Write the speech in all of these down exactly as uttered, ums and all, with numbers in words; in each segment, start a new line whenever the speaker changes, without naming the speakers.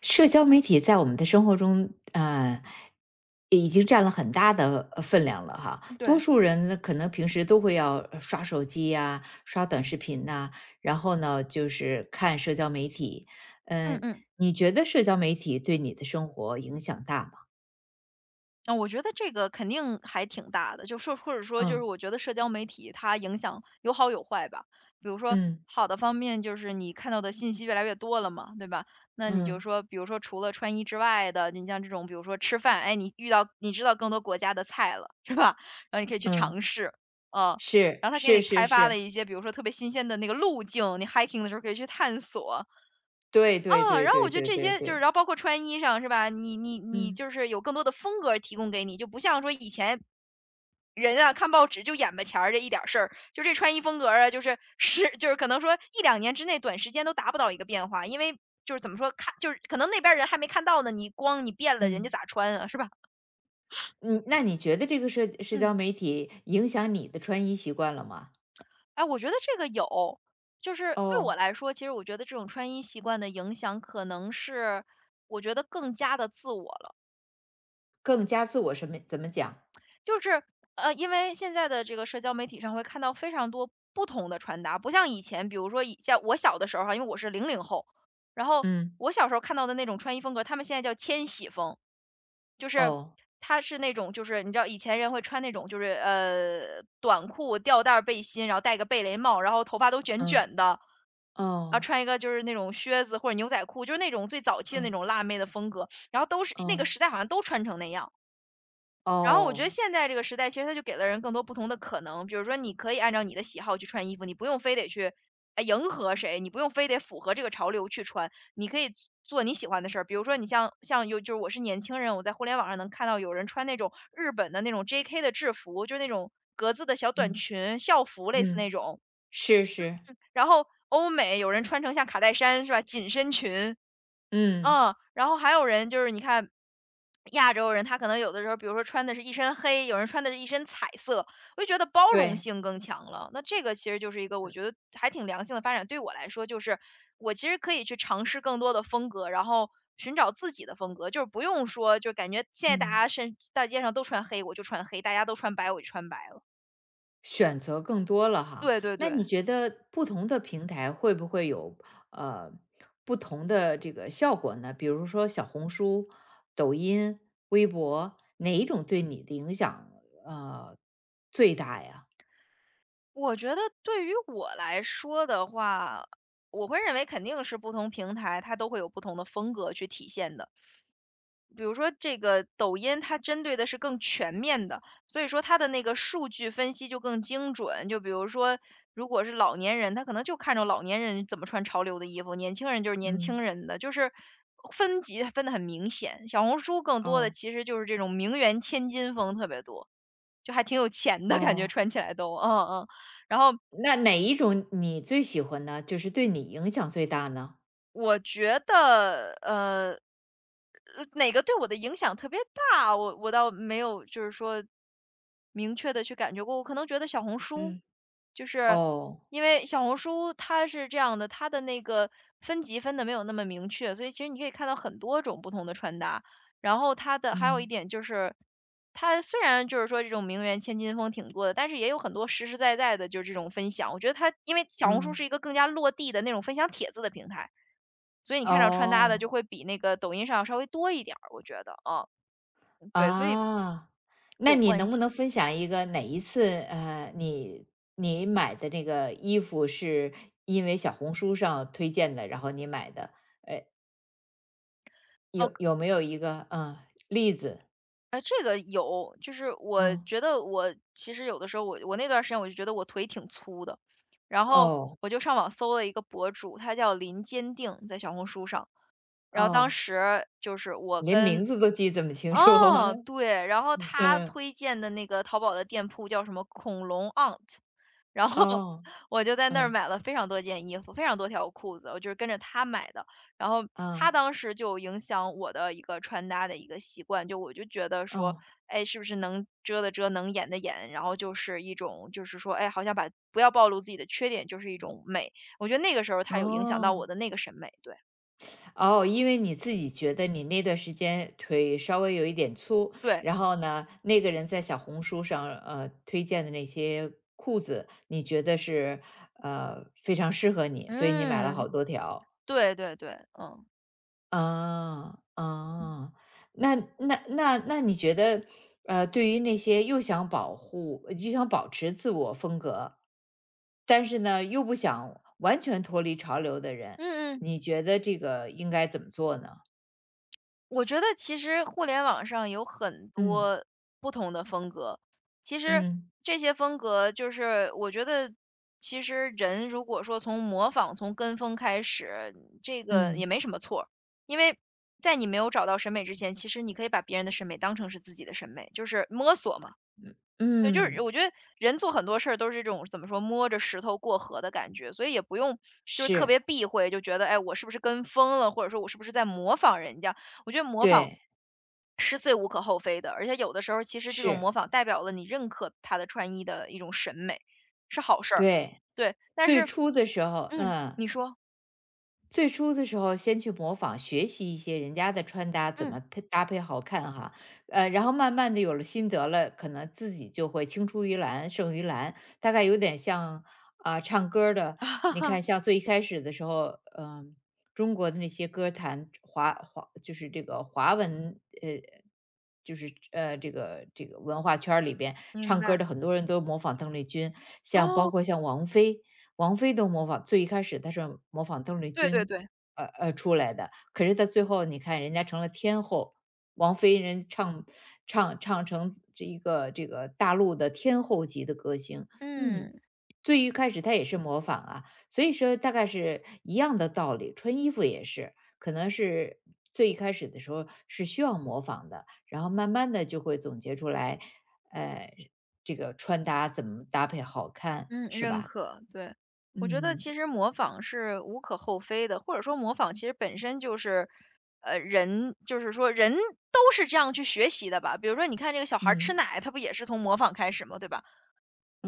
社交媒体在我们的生活中，呃，已经占了很大的呃分量了哈。多
对。
数人呢可能平时都会要呃刷手机呀、刷短视频呐、然后呢，就是看社交媒体。
嗯
嗯、
嗯，
你觉得社交媒体对你的生活影响大吗？
啊，我觉得这个肯定还挺大的，就说或者说就是
嗯
我觉得社交媒体它影响有好有坏吧。比如说
嗯
好的方面就是你看到的信息越来越多了嘛，对吧？那你就
嗯
说，比如说除了穿衣之外的，你像这种比如说吃饭，哎，你遇到你知道更多国家的菜了，是吧？然后你可以去尝
嗯，
试，嗯。
是
然后他给
是
你
是
开发了
是，
一些，比如说特别新鲜的那个路径，你 hiking 的时候可以去探索，
对对
啊，
对
然后
对
我觉得
对
这
对
些就是
对，
然后包括穿衣裳是吧？你你你
嗯
就是有更多的风格提供给你，就不像说以前人啊，看报纸就眼巴前儿这一点儿事儿，就这穿衣风格儿啊，就是 是就是可能说一两年之内短时间都达不到一个变化。因为就是怎么说，看就是可能那边儿人还没看到呢，你光你变了，人
嗯。
家咋穿啊，是吧？
你那你觉得这个社社
嗯，
交媒体影响你的穿衣习惯了吗？
哎，我觉得这个有，就是对我
哦，
来说，其实我觉得这种穿衣习惯的影响可能是我觉得更加的自我了。
更加自我什么怎么讲？
就是，呃，因为现在的这个社交媒体上会看到非常多不同的穿搭，不像以前，比如说以像我小的时候哈，因为我是零零后，然后
嗯。
我小时候看到的那种穿衣风格，他们现在叫千禧风，就是
哦，
他是那种就是你知道以前人会穿那种就是呃短裤、吊带儿背心，然后戴个贝雷帽，然后头发都卷
嗯，
卷的，然后
哦，
穿一个就是那种靴子或者牛仔裤，就是那种最早期的那
嗯，
种辣妹的风格，然后都是那个
哦，
时代好像都穿成那样。然后我觉得
哦，
现在这个时代，其实它就给了人更多不同的可能。比如说，你可以按照你的喜好去穿衣服，你不用非得去，哎，迎合谁，你不用非得符合这个潮流去穿，你可以做做你喜欢的事儿。比如说，你像像有就是我是年轻人，我在互联网上能看到有人穿那种日本的那种 J K 的制服，就是那种格子的小短
嗯，
裙、校服类似那
嗯，
种。
是是，
然后欧美有人穿成像卡戴珊是吧，紧身裙，
嗯，
嗯，然后还有人就是你看，亚洲人他可能有的时候，比如说穿的是一身黑，有人穿的是一身彩色，我就觉得包容
对，
性更强了。那这个其实就是一个我觉得还挺良性的发展。对我来说，就是我其实可以去尝试更多的风格，然后寻找自己的风格，就是不用说，就感觉现在大
嗯，
家身大街上都穿黑，我就穿黑；大家都穿白，我就穿白了。
选择更多了哈。
对对
那你
对。
觉得不同的平台会不会有，呃，不同的这个效果呢？比如说小红书、抖音、微博，哪一种对你的影响，呃，最大呀？
我觉得对于我来说的话，我会认为肯定是不同平台它都会有不同的风格去体现的。比如说这个抖音，它针对的是更全面的，所以说它的那个数据分析就更精准。就比如说，如果是老年人，他可能就看着老年人怎么穿潮流的衣服，年轻人就是年轻
嗯，
人的，就是分级分得很明显。小红书更多的
哦，
其实就是这种名媛千金风特别多。就还挺有钱的感觉，
哦。
穿起来都，嗯嗯。然后
那哪一种你最喜欢呢？就是对你影响最大呢？
我觉得，呃，呃，哪个对我的影响特别大，我我倒没有就是说明确的去感觉过。我可能觉得小红书，
嗯。
就是
哦，
因为小红书它是这样的，它的那个分级分的没有那么明确，所以其实你可以看到很多种不同的穿搭。然后它的还有一
嗯，
点就是，它虽然就是说这种名媛千金风挺多的，但是也有很多实实在在的就是这种分享。我觉得它因为小红书
嗯。
是一个更加落地的那种分享帖子的平台。所以你看着穿搭的
哦，
就会比那个抖音上稍微多一点儿，我觉得，啊，对，所以
啊，那
有
你
关
能不能
系。
分享一个哪一次，呃，你你买的那个衣服是因为小红书上推荐的，然后你买的，呃，
哦，
有有没有一个，嗯，例子？
呃，这个有，就是我
嗯。
觉得我其实有的时候我我那段儿时间我就觉得我腿挺粗的，然后
哦，
我就上网搜了一个博主，他叫林坚定，在小红书上。然后当
哦，
时就是我
连名
跟
字都记这么清楚，
哦，对，然后 他
嗯，
推荐的那个淘宝的店铺叫什么“恐龙 aunt”,然后
哦，
我就在那儿
嗯，
买了非常多件衣服，非常多条裤子，我就是跟着他买的。然后他
啊，
当时就影响我的一个穿搭的一个习惯，就我就觉得说，
哦，
哎，是不是能遮的遮，能掩的掩，然后就是一种就是说，哎，好像把不要暴露自己的缺点，就是一种美。我觉得那个时候他有影响到我
哦。
的那个审美，对，
哦，因为你自己觉得你那段时间腿稍微有一点粗，
对，
然后呢，那个人在小红书上呃推荐的那些裤子，你觉得是呃非常适合你，所以你买了好
嗯。
多条。
对对对，嗯。
啊啊，那那那那你觉得呃，对于那些又想保护又想保持自我风格，但是呢又不想完全脱离潮流的人，
嗯嗯。
你觉得这个应该怎么做呢？
我觉得其实互联网上有很
嗯
多不同的风格，其实
嗯。
这些风格就是我觉得，其实人如果说从模仿、从跟风开始，这个
嗯，
也没什么错儿，因为在你没有找到审美之前，其实你可以把别人的审美当成是自己的审美，就是摸索嘛。对，就是
嗯，
我觉得人做很多事儿都是这种怎么说，摸着石头过河的感觉，所以也不用就是特
是，
别避讳，就觉得哎，我是不是跟风了，或者说我是不是在模仿人家？我觉得模仿
对，
是最无可厚非的，而且有的时候其实这种
是，
模仿代表了你认可他的穿衣的一种审美，是好事儿。
对，
对，但
最
是
初的时候，
嗯，
嗯。
你说，
最初的时候，先去模仿学习一些人家的穿搭怎
嗯。
么配搭配好看哈，呃，然后慢慢的有了心得了，可能自己就会青出于蓝胜于蓝，大概有点像啊、唱歌儿的，你看 像最一开始的时候，嗯、中国的那些歌坛华华就是这个华文呃。就是呃，这个这个文化圈儿里边
明
唱歌儿的
白。
很多人都模仿邓丽君，像包
哦，
括像王菲，王菲都模仿最一开始她是模仿邓丽
对对
君，
对，
呃呃，出来的，可是她最后你看人家成了天后，王菲人唱唱唱成这一个这个大陆的天后级的歌星，嗯。
嗯，
最一开始她也是模仿啊，所以说大概是一样的道理，穿衣服也是，可能是最一开始的时候是需要模仿的，然后慢慢的就会总结出来，呃，这个穿搭怎么搭配好看，
嗯，
是
认
吧？
可，对。我觉得
嗯，
其实模仿是无可厚非的，或者说模仿其实本身就是，呃，人就是说人都是这样去学习的吧。比如说你看这个小孩儿吃
嗯，
奶，他不也是从模仿开始吗，对吧？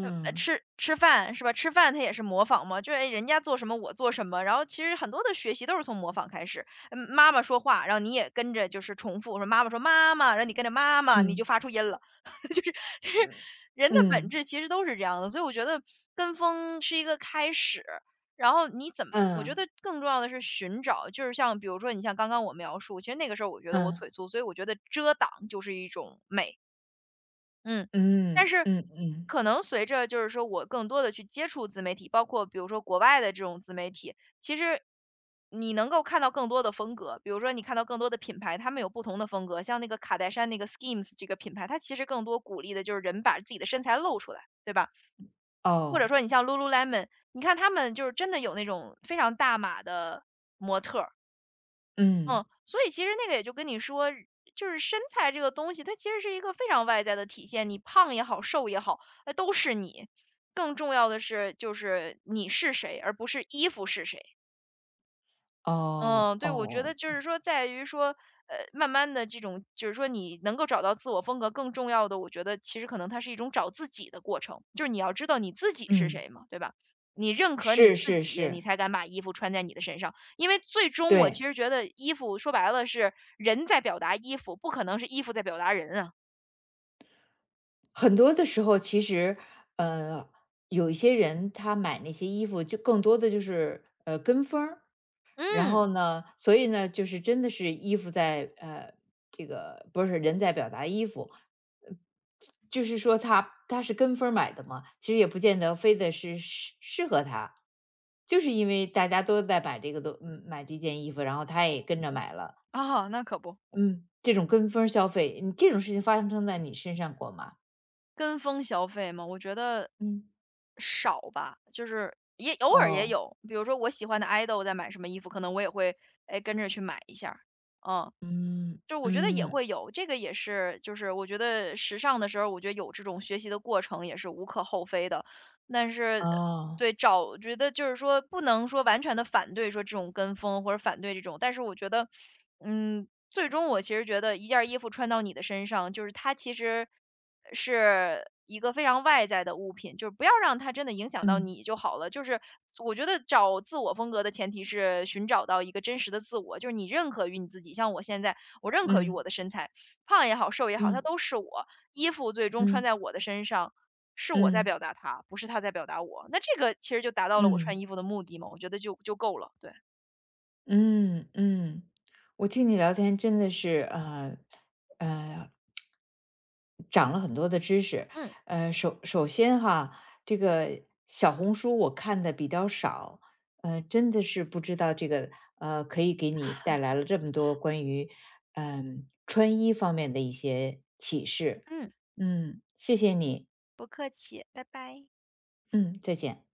呃呃吃吃饭是吧？吃饭它也是模仿嘛，就是哎人家做什么我做什么，然后其实很多的学习都是从模仿开始。嗯，妈妈说话，然后你也跟着就是重复，说妈妈说妈妈，然后你跟着妈妈，你就
嗯，
发出音了，就是就是
嗯，
人的本
嗯，
质其实都是这样的，所以我觉得跟风是一个开始。然后你怎么？我觉
嗯，
得更重要的是寻找，就是像比如说你像刚刚我描述，其实那个时候我觉得我腿粗，所以我觉得遮挡就是一种美。嗯，但
嗯，
是
嗯，嗯，
可能随着就是说我更多的去接触自媒体，包括比如说国外的这种自媒体，其实你能够看到更多的风格。比如说你看到更多的品牌，他们有不同的风格，像那个卡戴珊那个 SKIMS 这个品牌，它其实更多鼓励的就是人把自己的身材露出来，对吧？或者
哦，
说你像 Lululemon,你看他们就是真的有那种非常大码的模特
嗯，
嗯，所以其实那个也就跟你说，就是身材这个东西，它其实是一个非常外在的体现，你胖也好，瘦也好，那都是你。更重要的是，就是你是谁，而不是衣服是谁。
哦，
嗯，对，我觉得
哦，
就是说在于说，呃，慢慢的这种就是说你能够找到自我风格，更重要的，我觉得其实可能它是一种找自己的过程。就是你要知道你自己是
嗯，
谁嘛，对吧？你认可你
是
自
是
己，你
是，
才敢把衣服穿在你的身上。因为最终我
对。
其实觉得衣服说白了是人在表达衣服，不可能是衣服在表达人啊。
很多的时候其实，呃，有一些人他买那些衣服就更多的就是，呃，跟风儿。然后
嗯。
呢，所以呢，就是真的是衣服在呃，这个不是人在表达衣服。就是说他他是跟风儿买的嘛，其实也不见得非得是适适合他。就是因为大家都在买这个东嗯，买这件衣服，然后他也跟着买了。
啊，那可不。
嗯，这种跟风儿消费，你这种事情发生在你身上过吗？
跟风消费吗？我觉得
嗯。
少吧，就是也偶尔也
哦，
有，比如说我喜欢的 idol 在买什么衣服，可能我也会哎跟着去买一下儿，嗯。
嗯，
就我觉得也
嗯，
会有，这个也是，就是我觉得时尚的时候，我觉得有这种学习的过程也是无可厚非的。但是，
哦，
对，找我觉得就是说不能说完全的反对说这种跟风或者反对这种，但是我觉得，嗯，最终我其实觉得一件儿衣服穿到你的身上，就是它其实是一个非常外在的物品，就是不要让它真的影响到
嗯，
你就好了。就是我觉得找自我风格的前提是寻找到一个真实的自我，就是你认可于你自己。像我现在，我认可于我
嗯，
的身材，胖也好，瘦也好，它
嗯，
都是我。衣服最终穿
嗯，
在我的身上，是我在
嗯，
表达它，不是它在表达我。那这个其实就达到了我穿
嗯。
衣服的目的嘛，我觉得就就够了，对。
嗯嗯，我听你聊天真的是呃呃，长了很多的知识。
嗯
呃，首首先哈，这个小红书我看的比较少，呃，真的是不知道这个呃，可以给你带来了这么多关于嗯、穿衣方面的一些启示。
嗯，
嗯，谢谢你。
不客气，拜拜。
嗯，再见。